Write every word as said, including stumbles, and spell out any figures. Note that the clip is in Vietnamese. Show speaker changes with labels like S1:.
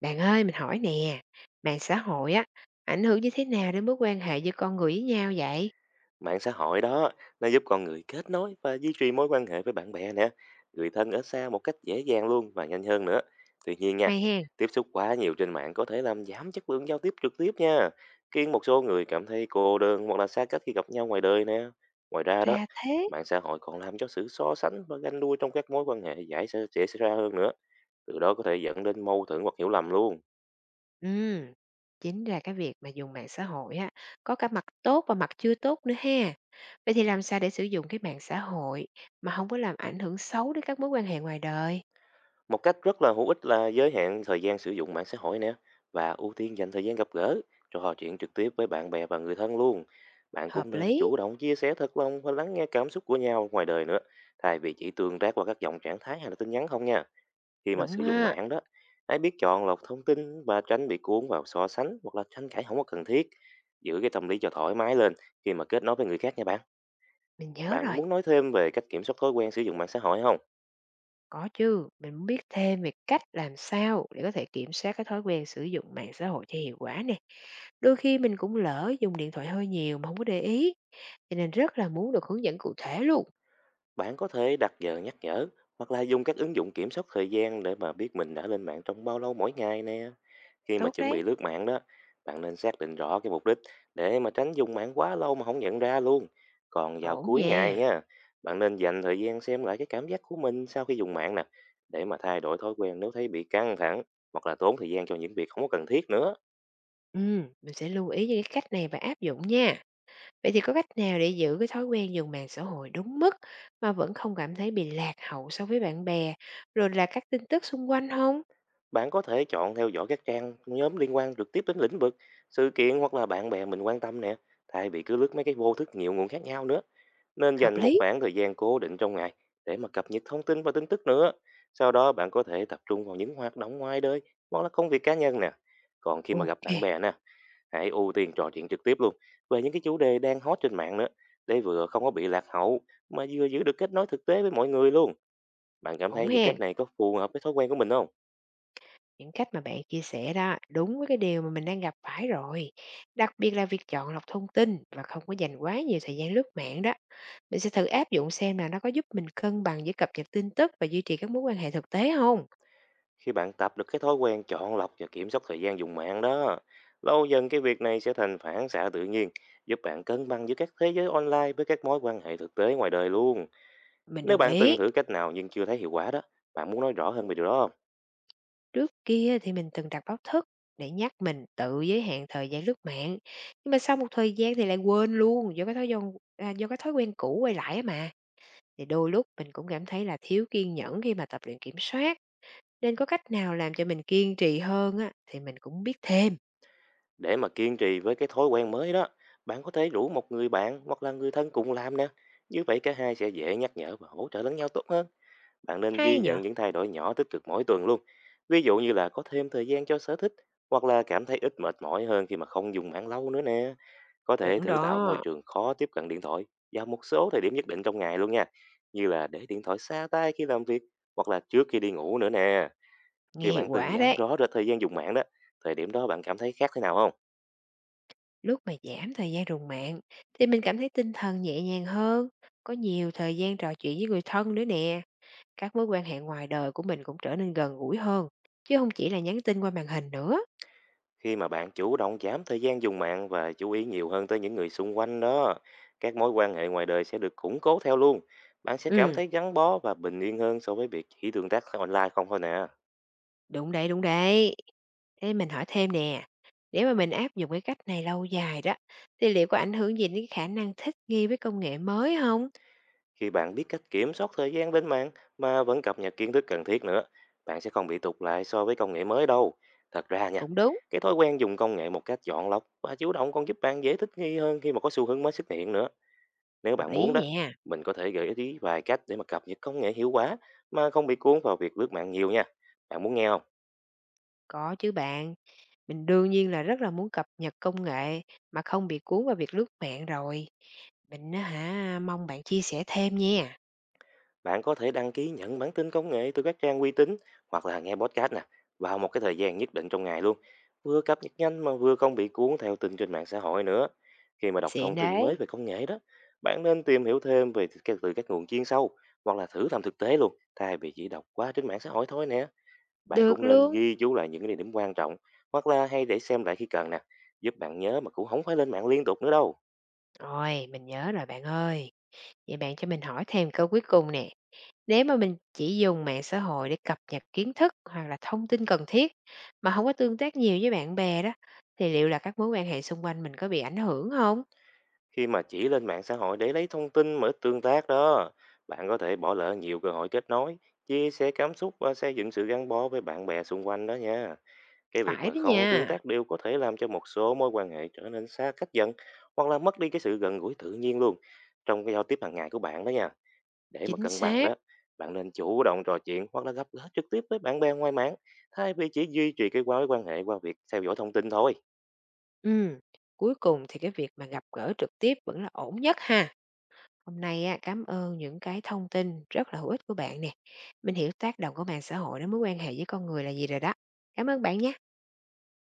S1: Bạn ơi, mình hỏi nè, mạng xã hội á, ảnh hưởng như thế nào đến mối quan hệ giữa con người với nhau vậy?
S2: Mạng xã hội đó, nó giúp con người kết nối và duy trì mối quan hệ với bạn bè nè, người thân ở xa một cách dễ dàng luôn và nhanh hơn nữa. Tuy nhiên nha,
S1: Hay hen?
S2: tiếp xúc quá nhiều trên mạng có thể làm giảm chất lượng giao tiếp trực tiếp nha, khiến một số người cảm thấy cô đơn hoặc là xa cách khi gặp nhau ngoài đời nè. Ngoài ra đó,
S1: Ra thế.
S2: mạng xã hội còn làm cho sự so sánh và ganh đua trong các mối quan hệ giải sẽ- dễ xảy ra hơn nữa, từ đó có thể dẫn đến mâu thuẫn hoặc hiểu lầm luôn.
S1: Ừm, Chính ra cái việc mà dùng mạng xã hội á, có cả mặt tốt và mặt chưa tốt nữa ha. Vậy thì làm sao để sử dụng cái mạng xã hội mà không có làm ảnh hưởng xấu đến các mối quan hệ ngoài đời?
S2: Một cách rất là hữu ích là giới hạn thời gian sử dụng mạng xã hội nè và ưu tiên dành thời gian gặp gỡ, trò chuyện trực tiếp với bạn bè và người thân luôn. Bạn cũng
S1: Hợp
S2: nên
S1: lý,
S2: chủ động chia sẻ thật lòng và lắng nghe cảm xúc của nhau ngoài đời nữa, thay vì chỉ tương tác qua các dòng trạng thái hay là tin nhắn không nha. Khi mà
S1: đúng
S2: sử dụng
S1: ha,
S2: mạng đó, hãy biết chọn lọc thông tin và tránh bị cuốn vào so sánh hoặc là tranh cãi không có cần thiết. Giữ cái tâm lý cho thoải mái lên khi mà kết nối với người khác nha bạn.
S1: mình nhớ
S2: Bạn
S1: rồi.
S2: muốn nói thêm về cách kiểm soát thói quen sử dụng mạng xã hội không?
S1: Có chứ, mình muốn biết thêm về cách làm sao để có thể kiểm soát cái thói quen sử dụng mạng xã hội cho hiệu quả nè. Đôi khi mình cũng lỡ dùng điện thoại hơi nhiều mà không có để ý, cho nên rất là muốn được hướng dẫn cụ thể luôn.
S2: Bạn có thể đặt giờ nhắc nhở hoặc là dùng các ứng dụng kiểm soát thời gian để mà biết mình đã lên mạng trong bao lâu mỗi ngày nè. Khi mà
S1: Tốt
S2: chuẩn
S1: đấy,
S2: bị lướt mạng đó, bạn nên xác định rõ cái mục đích để mà tránh dùng mạng quá lâu mà không nhận ra luôn. Còn vào
S1: ổn
S2: cuối
S1: nha.
S2: ngày nha, bạn nên dành thời gian xem lại cái cảm giác của mình sau khi dùng mạng nè, để mà thay đổi thói quen nếu thấy bị căng thẳng hoặc là tốn thời gian cho những việc không có cần thiết nữa.
S1: Ừm, mình sẽ lưu ý những cái cách này và áp dụng nha. Vậy thì có cách nào để giữ cái thói quen dùng mạng xã hội đúng mức mà vẫn không cảm thấy bị lạc hậu so với bạn bè, rồi là các tin tức xung quanh không?
S2: Bạn có thể chọn theo dõi các trang nhóm liên quan trực tiếp đến lĩnh vực, sự kiện hoặc là bạn bè mình quan tâm nè, thay vì cứ lướt mấy cái vô thức nhiều nguồn khác nhau nữa. Nên
S1: Hợp
S2: dành một
S1: lý.
S2: khoảng thời gian cố định trong ngày để mà cập nhật thông tin và tin tức nữa. Sau đó bạn có thể tập trung vào những hoạt động ngoài đời hoặc là công việc cá nhân nè. Còn khi mà gặp bạn
S1: Ok,
S2: bè nè, hãy ưu tiên trò chuyện trực tiếp luôn về những cái chủ đề đang hot trên mạng nữa để vừa không có bị lạc hậu mà vừa giữ được kết nối thực tế với mọi người luôn. Bạn cảm
S1: ổn
S2: thấy những
S1: ha.
S2: cách này có phù hợp với thói quen của mình không?
S1: Những cách mà bạn chia sẻ đó đúng với cái điều mà mình đang gặp phải rồi. Đặc biệt là việc chọn lọc thông tin và không có dành quá nhiều thời gian lướt mạng đó. Mình sẽ thử áp dụng xem là nó có giúp mình cân bằng giữa cập nhật tin tức và duy trì các mối quan hệ thực tế không.
S2: Khi bạn tập được cái thói quen chọn lọc và kiểm soát thời gian dùng mạng đó, lâu dần cái việc này sẽ thành phản xạ tự nhiên, giúp bạn cân bằng giữa các thế giới online với các mối quan hệ thực tế ngoài đời luôn.
S1: Mình
S2: Nếu
S1: đồng
S2: bạn từng
S1: ý.
S2: thử cách nào nhưng chưa thấy hiệu quả đó, bạn muốn nói rõ hơn về điều đó không?
S1: Trước kia thì mình từng đặt báo thức để nhắc mình tự giới hạn thời gian lướt mạng. Nhưng mà sau một thời gian thì lại quên luôn do cái thói quen, à, do cái thói quen cũ quay lại á mà. Thì đôi lúc mình cũng cảm thấy là thiếu kiên nhẫn khi mà tập luyện kiểm soát. Nên có cách nào làm cho mình kiên trì hơn á, thì mình cũng biết thêm.
S2: Để mà kiên trì với cái thói quen mới đó, bạn có thể rủ một người bạn hoặc là người thân cùng làm nè. Như vậy cả hai sẽ dễ nhắc nhở và hỗ trợ lẫn nhau tốt hơn. Bạn nên ghi
S1: Hay nhở.
S2: nhận những thay đổi nhỏ tích cực mỗi tuần luôn. Ví dụ như là có thêm thời gian cho sở thích hoặc là cảm thấy ít mệt mỏi hơn khi mà không dùng mạng lâu nữa nè. Có thể
S1: Chuẩn
S2: thử tạo môi
S1: đó.
S2: trường khó tiếp cận điện thoại vào một số thời điểm nhất định trong ngày luôn nha. Như là để điện thoại xa tay khi làm việc hoặc là trước khi đi ngủ nữa nè. Khi
S1: Nghe hiệu
S2: bạn từng
S1: quả
S2: giảm
S1: đấy.
S2: rõ rệt thời gian dùng mạng đó, thời điểm đó bạn cảm thấy khác thế nào không?
S1: Lúc mà giảm thời gian rùng mạng thì mình cảm thấy tinh thần nhẹ nhàng hơn, có nhiều thời gian trò chuyện với người thân nữa nè. Các mối quan hệ ngoài đời của mình cũng trở nên gần gũi hơn, chứ không chỉ là nhắn tin qua màn hình nữa.
S2: Khi mà bạn chủ động giảm thời gian dùng mạng và chú ý nhiều hơn tới những người xung quanh đó, các mối quan hệ ngoài đời sẽ được củng cố theo luôn. Bạn sẽ cảm
S1: Ừ,
S2: thấy gắn bó và bình yên hơn so với việc chỉ tương tác online không thôi nè.
S1: đúng đấy, đúng đấy. Thế mình hỏi thêm nè, nếu mà mình áp dụng cái cách này lâu dài đó, thì liệu có ảnh hưởng gì đến cái khả năng thích nghi với công nghệ mới không?
S2: Khi bạn biết cách kiểm soát thời gian lên mạng mà vẫn cập nhật kiến thức cần thiết nữa, bạn sẽ không bị tụt lại so với công nghệ mới đâu. Thật ra nha,
S1: Cũng đúng,
S2: cái thói quen dùng công nghệ một cách chọn lọc và chủ động còn giúp bạn dễ thích nghi hơn khi mà có xu hướng mới xuất hiện nữa. Nếu
S1: hợp
S2: bạn
S1: lý
S2: muốn đó,
S1: nha.
S2: mình có thể gợi ý vài cách để mà cập nhật công nghệ hiệu quả mà không bị cuốn vào việc lướt mạng nhiều nha. Bạn muốn nghe không?
S1: Có chứ bạn, mình đương nhiên là rất là muốn cập nhật công nghệ mà không bị cuốn vào việc lướt mạng rồi. Mình á hả, mong bạn chia sẻ thêm nha.
S2: Bạn có thể đăng ký nhận bản tin công nghệ từ các trang uy tín hoặc là nghe podcast nè vào một cái thời gian nhất định trong ngày luôn. Vừa cập nhật nhanh mà vừa không bị cuốn theo tin trên mạng xã hội nữa. Khi mà đọc
S1: Xịn
S2: thông tin mới
S1: đấy,
S2: về công nghệ đó, bạn nên tìm hiểu thêm về các- từ các nguồn chuyên sâu hoặc là thử làm thực tế luôn thay vì chỉ đọc qua trên mạng xã hội thôi nè. Bạn cũng
S1: được
S2: nên
S1: luôn.
S2: ghi chú lại những cái địa điểm quan trọng hoặc là hay để xem lại khi cần nè, giúp bạn nhớ mà cũng không phải lên mạng liên tục nữa đâu.
S1: Rồi, mình nhớ rồi bạn ơi. Vậy bạn cho mình hỏi thêm câu cuối cùng nè. Nếu mà mình chỉ dùng mạng xã hội để cập nhật kiến thức hoặc là thông tin cần thiết mà không có tương tác nhiều với bạn bè đó, thì liệu là các mối quan hệ xung quanh mình có bị ảnh hưởng không?
S2: Khi mà chỉ lên mạng xã hội để lấy thông tin mở tương tác đó, bạn có thể bỏ lỡ nhiều cơ hội kết nối, chia sẻ cảm xúc và xây dựng sự gắn bó với bạn bè xung quanh đó nha. Cái việc
S1: Phải
S2: mà
S1: đó
S2: không tương
S1: nha,
S2: tác đều có thể làm cho một số mối quan hệ trở nên xa cách dần hoặc là mất đi cái sự gần gũi tự nhiên luôn trong cái giao tiếp hàng ngày của bạn đó nha. Để mà
S1: chính
S2: cân bằng
S1: xác.
S2: đó, bạn nên chủ động trò chuyện hoặc là gặp gỡ trực tiếp với bạn bè ngoài mạng thay vì chỉ duy trì cái mối quan hệ qua việc theo dõi thông tin thôi.
S1: Ừm, Cuối cùng thì cái việc mà gặp gỡ trực tiếp vẫn là ổn nhất ha. Hôm nay á, cám ơn những cái thông tin rất là hữu ích của bạn nè. Mình hiểu tác động của mạng xã hội đến mối quan hệ với con người là gì rồi đó. Cảm ơn bạn nha.